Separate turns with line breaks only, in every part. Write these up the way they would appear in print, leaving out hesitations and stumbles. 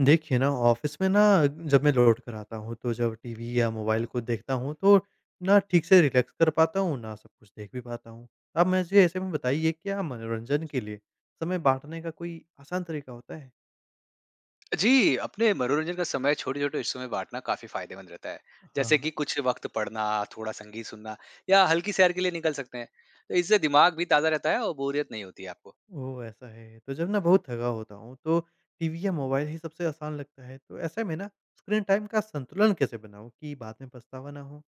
देखिए ना ऑफिस में ना, जब मैं लौट कर आता हूँ तो जब टीवी या मोबाइल को देखता हूँ तो ना ठीक से रिलैक्स कर पाता हूँ ना सब कुछ देख भी पाता हूँ। आप मुझे ऐसे में बताइए क्या मनोरंजन के लिए समय बांटने का कोई आसान तरीका होता है?
जी, अपने मनोरंजन का समय छोटे-छोटे हिस्सों में बाँटना काफ़ी फ़ायदेमंद रहता है। जैसे
हाँ।
कि कुछ वक़्त पढ़ना, थोड़ा संगीत सुनना या हल्की सैर के लिए निकल सकते हैं। तो इससे दिमाग भी ताज़ा रहता है और बोरियत नहीं होती है आपको।
ओ ऐसा है, तो जब ना बहुत थका होता हूँ तो टीवी या मोबाइल ही सबसे आसान लगता है, तो ऐसे में ना स्क्रीन टाइम का संतुलन कैसे बनाऊँ कि बाद में पछतावा ना हो?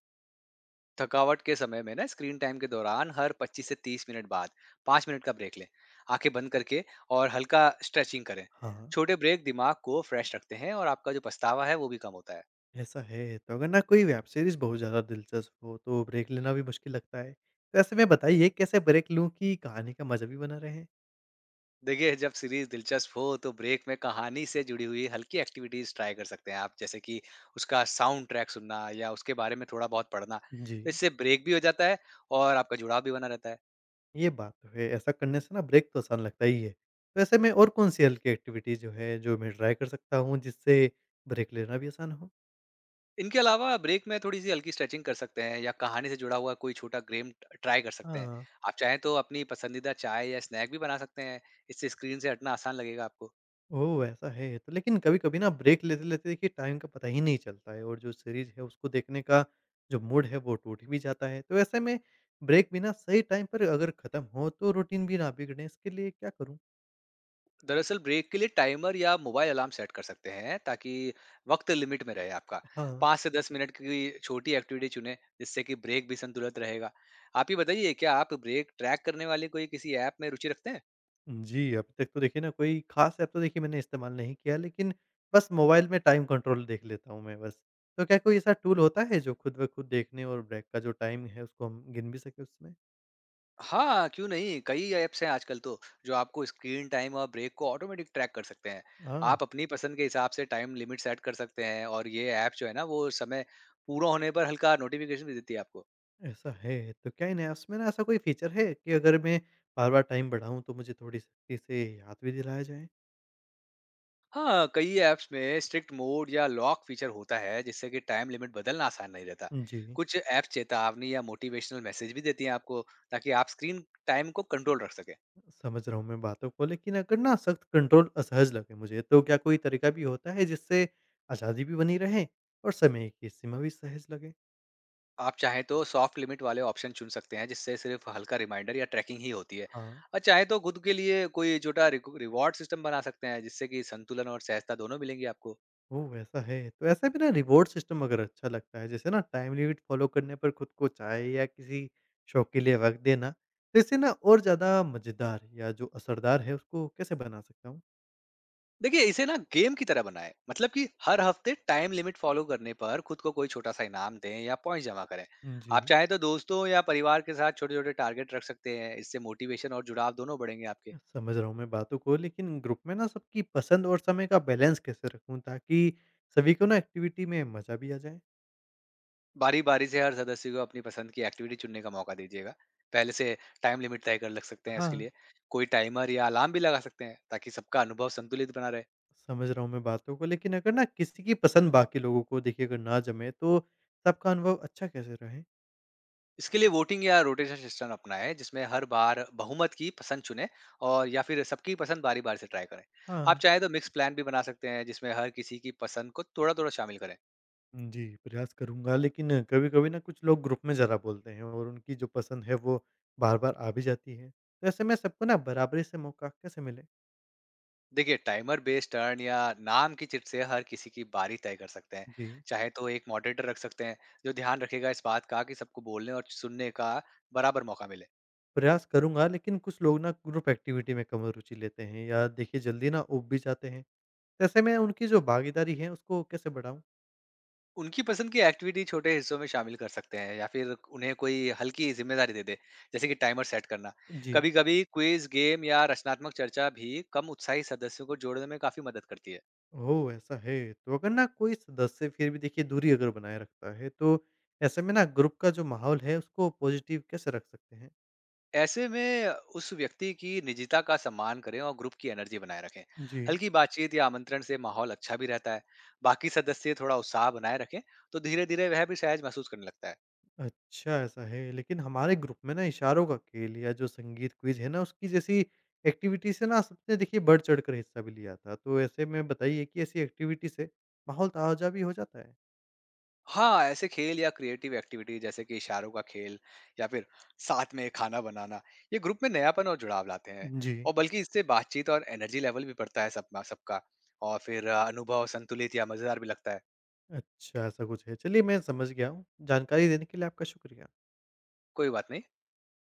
थकावट के समय में ना स्क्रीन टाइम के दौरान हर 25 से 30 मिनट बाद 5 मिनट का ब्रेक लें। आँखें बंद करके और हल्का स्ट्रेचिंग करें।
हाँ।
छोटे ब्रेक दिमाग को फ्रेश रखते हैं और आपका जो पछतावा है वो भी कम होता है।
ऐसा है। तो अगर ना कोई वेब सीरीज़ बहुत ज़्यादा दिलचस्प हो तो ब्रेक लेना भी मुश्किल लगता है। तो ऐसे में बताइए कैसे ब्रेक लूँ कि कहानी का मज़ा भी बना रहे?
देखिए जब सीरीज दिलचस्प हो तो ब्रेक में कहानी से जुड़ी हुई हल्की एक्टिविटीज ट्राई कर सकते हैं आप। जैसे कि उसका साउंड ट्रैक सुनना या उसके बारे में थोड़ा बहुत पढ़ना।
जी।
तो इससे ब्रेक भी हो जाता है और आपका जुड़ाव भी बना रहता है।
ये बात तो है, ऐसा करने से ना ब्रेक तो आसान लगता ही है। तो ऐसे में और कौन-सी हल्की एक्टिविटी जो है, जो मैं ट्राई कर सकता हूँ जिससे ब्रेक लेना भी आसान हो?
इनके अलावा ब्रेक में थोड़ी सी हल्की स्ट्रेचिंग कर सकते हैं या कहानी से जुड़ा हुआ कोई छोटा गेम ट्राई कर सकते हैं।
हाँ।
आप चाहें तो अपनी पसंदीदा चाय या स्नैक भी बना सकते हैं। इससे स्क्रीन से हटना आसान लगेगा आपको।
ओह! ऐसा है। तो लेकिन कभी-कभी ना ब्रेक लेते-लेते देखिए टाइम का पता ही नहीं चलता है और जो सीरीज़ है उसको देखने का जो मूड है वो टूट भी जाता है। तो ऐसे में ब्रेक भी ना सही टाइम पर अगर ख़त्म हो तो रूटीन भी ना बिगड़े, इसके लिए क्या करूँ?
दरअसल ब्रेक के लिए टाइमर या मोबाइल अलार्म सेट कर सकते हैं ताकि वक्त लिमिट में रहे आपका।
हाँ।
पाँच से दस मिनट की छोटी एक्टिविटी चुने जिससे कि ब्रेक भी संतुलित रहेगा। आप ही बताइए, क्या आप ब्रेक ट्रैक करने वाले कोई किसी ऐप में रुचि रखते हैं?
जी, अभी तक तो देखिए ना कोई ख़ास ऐप तो देखिए मैंने इस्तेमाल नहीं किया, लेकिन बस मोबाइल में टाइम कंट्रोल देख लेता हूँ मैं बस। तो क्या कोई ऐसा टूल होता है जो खुद ब खुद देखने और ब्रेक का जो टाइम है उसको हम गिन भी सकें उसमें?
हाँ, क्यों नहीं, कई ऐप्स हैं आजकल तो, जो आपको स्क्रीन टाइम और ब्रेक को ऑटोमेटिक ट्रैक कर सकते हैं।
हाँ।
आप अपनी पसंद के हिसाब से टाइम लिमिट सेट कर सकते हैं और ये ऐप जो है ना, वो समय पूरा होने पर हल्का नोटिफिकेशन भी देती है आपको।
ऐसा है, तो क्या इन ऐप्स में ना ऐसा कोई फ़ीचर है कि अगर मैं बार-बार टाइम बढ़ाऊँ तो मुझे थोड़ी सख्ती से याद भी दिलाया जाए?
हाँ, कई ऐप्स में स्ट्रिक्ट मोड या लॉक फीचर होता है जिससे कि टाइम लिमिट बदलना आसान नहीं रहता।
जी।
कुछ ऐप्स चेतावनी या मोटिवेशनल मैसेज भी देती हैं आपको, ताकि आप स्क्रीन टाइम को कंट्रोल रख सकें।
समझ रहा हूँ मैं बातों को, लेकिन अगर ना सख्त कंट्रोल असहज लगे मुझे तो क्या कोई तरीका भी होता है जिससे आज़ादी भी बनी रहे और समय की सीमा भी सहज लगे?
आप चाहें तो सॉफ्ट लिमिट वाले ऑप्शन चुन सकते हैं जिससे सिर्फ हल्का रिमाइंडर या ट्रैकिंग ही होती है।
हाँ।
और चाहे तो खुद के लिए कोई छोटा रिवॉर्ड सिस्टम बना सकते हैं जिससे कि संतुलन और सहजता दोनों मिलेंगी आपको।
ओह! ऐसा है, तो ऐसे में ना रिवॉर्ड सिस्टम अगर अच्छा लगता है जैसे ना टाइम लिमिट फ़ॉलो करने पर खुद को चाय या किसी शौक के लिए वक़्त देना, तो इससे ना और ज़्यादा मज़ेदार या जो असरदार है उसको कैसे बना सकता हूँ?
देखिए, इसे ना गेम की तरह बनाएं। मतलब कि हर हफ्ते टाइम लिमिट फॉलो करने पर खुद को कोई छोटा सा इनाम दें या पॉइंट जमा करें।
जी,
आप चाहे तो दोस्तों या परिवार के साथ छोटे छोटे टारगेट रख सकते हैं। इससे मोटिवेशन और जुड़ाव दोनों बढ़ेंगे आपके।
समझ रहा हूँ मैं बातों को, लेकिन ग्रुप में ना सबकी पसंद और समय का बैलेंस कैसे रखूँ ताकि सभी को ना एक्टिविटी में मज़ा भी आ जाए?
बारी बारी से हर सदस्य को अपनी पसंद की एक्टिविटी चुनने का मौका दीजिएगा। पहले से टाइम लिमिट तय कर लग सकते हैं
हाँ।
इसके लिए। कोई टाइमर या अलार्म भी लगा सकते हैं ताकि सबका अनुभव संतुलित बना रहे।
समझ रहा हूँ मैं बातों को, लेकिन अगर ना किसी की पसंद बाकी लोगों को देखिए अगर ना जमे तो सबका अनुभव अच्छा कैसे रहे?
इसके लिए वोटिंग या रोटेशन सिस्टम अपनाएं जिसमें हर बार बहुमत की पसंद चुने, और या फिर सबकी पसंद बारी बारी से ट्राई करें। आप
हाँ।
चाहें तो मिक्स प्लान भी बना सकते हैं जिसमें हर किसी की पसंद को थोड़ा थोड़ा शामिल करें।
जी, प्रयास करूँगा, लेकिन कभी-कभी ना कुछ लोग ग्रुप में ज़्यादा बोलते हैं और उनकी जो पसंद है वो बार-बार आ भी जाती है। तो ऐसे में सबको ना बराबरी से मौका कैसे मिले?
देखिए, टाइमर बेस्ड टर्न या नाम की चिट से हर किसी की बारी तय कर सकते हैं।
जी।
चाहे तो एक मॉडरेटर रख सकते हैं जो ध्यान रखेगा इस बात का कि सबको बोलने और सुनने का बराबर मौका मिले।
प्रयास करूँगा, लेकिन कुछ लोग ना ग्रुप एक्टिविटी में कम रुचि लेते हैं या देखिए जल्दी ना ऊब भी जाते हैं। ऐसे में उनकी जो भागीदारी है उसको कैसे बढ़ाऊँ?
उनकी पसंद की एक्टिविटी छोटे हिस्सों में शामिल कर सकते हैं, या फिर उन्हें कोई हल्की जिम्मेदारी दे दे, जैसे कि टाइमर सेट करना।
जी।
कभी कभी क्विज गेम या रचनात्मक चर्चा भी कम उत्साही सदस्यों को जोड़ने में काफी मदद करती है।
ओह! ऐसा है। तो अगर ना कोई सदस्य फिर भी देखिए दूरी अगर बनाए रखता है, तो ऐसे में ना ग्रुप का जो माहौल है उसको पॉज़िटिव कैसे रख सकते हैं?
ऐसे में उस व्यक्ति की निजता का सम्मान करें और ग्रुप की एनर्जी बनाए रखें।
जी।
हल्की बातचीत या आमंत्रण से माहौल अच्छा भी रहता है। बाकी सदस्य थोड़ा उत्साह बनाए रखें तो धीरे धीरे वह भी सहज महसूस करने लगता है।
अच्छा, ऐसा है। लेकिन हमारे ग्रुप में ना इशारों का खेल या जो संगीत क्विज़ है ना, उसकी जैसी एक्टिविटी से ना सबने देखिए बढ़-चढ़ कर हिस्सा भी लिया था। तो ऐसे में बताइए कि ऐसी एक्टिविटी से माहौल ताज़ा भी हो जाता है?
हाँ, ऐसे खेल या क्रिएटिव एक्टिविटी, जैसे कि इशारों का खेल या फिर साथ में खाना बनाना, ये ग्रुप में नयापन और जुड़ाव लाते हैं।
जी।
और बल्कि इससे बातचीत और एनर्जी लेवल भी बढ़ता है सब सबका। और फिर अनुभव संतुलित या मज़ेदार भी लगता है।
अच्छा, ऐसा कुछ है। चलिए मैं समझ गया हूँ। जानकारी देने के लिए आपका शुक्रिया।
कोई बात नहीं।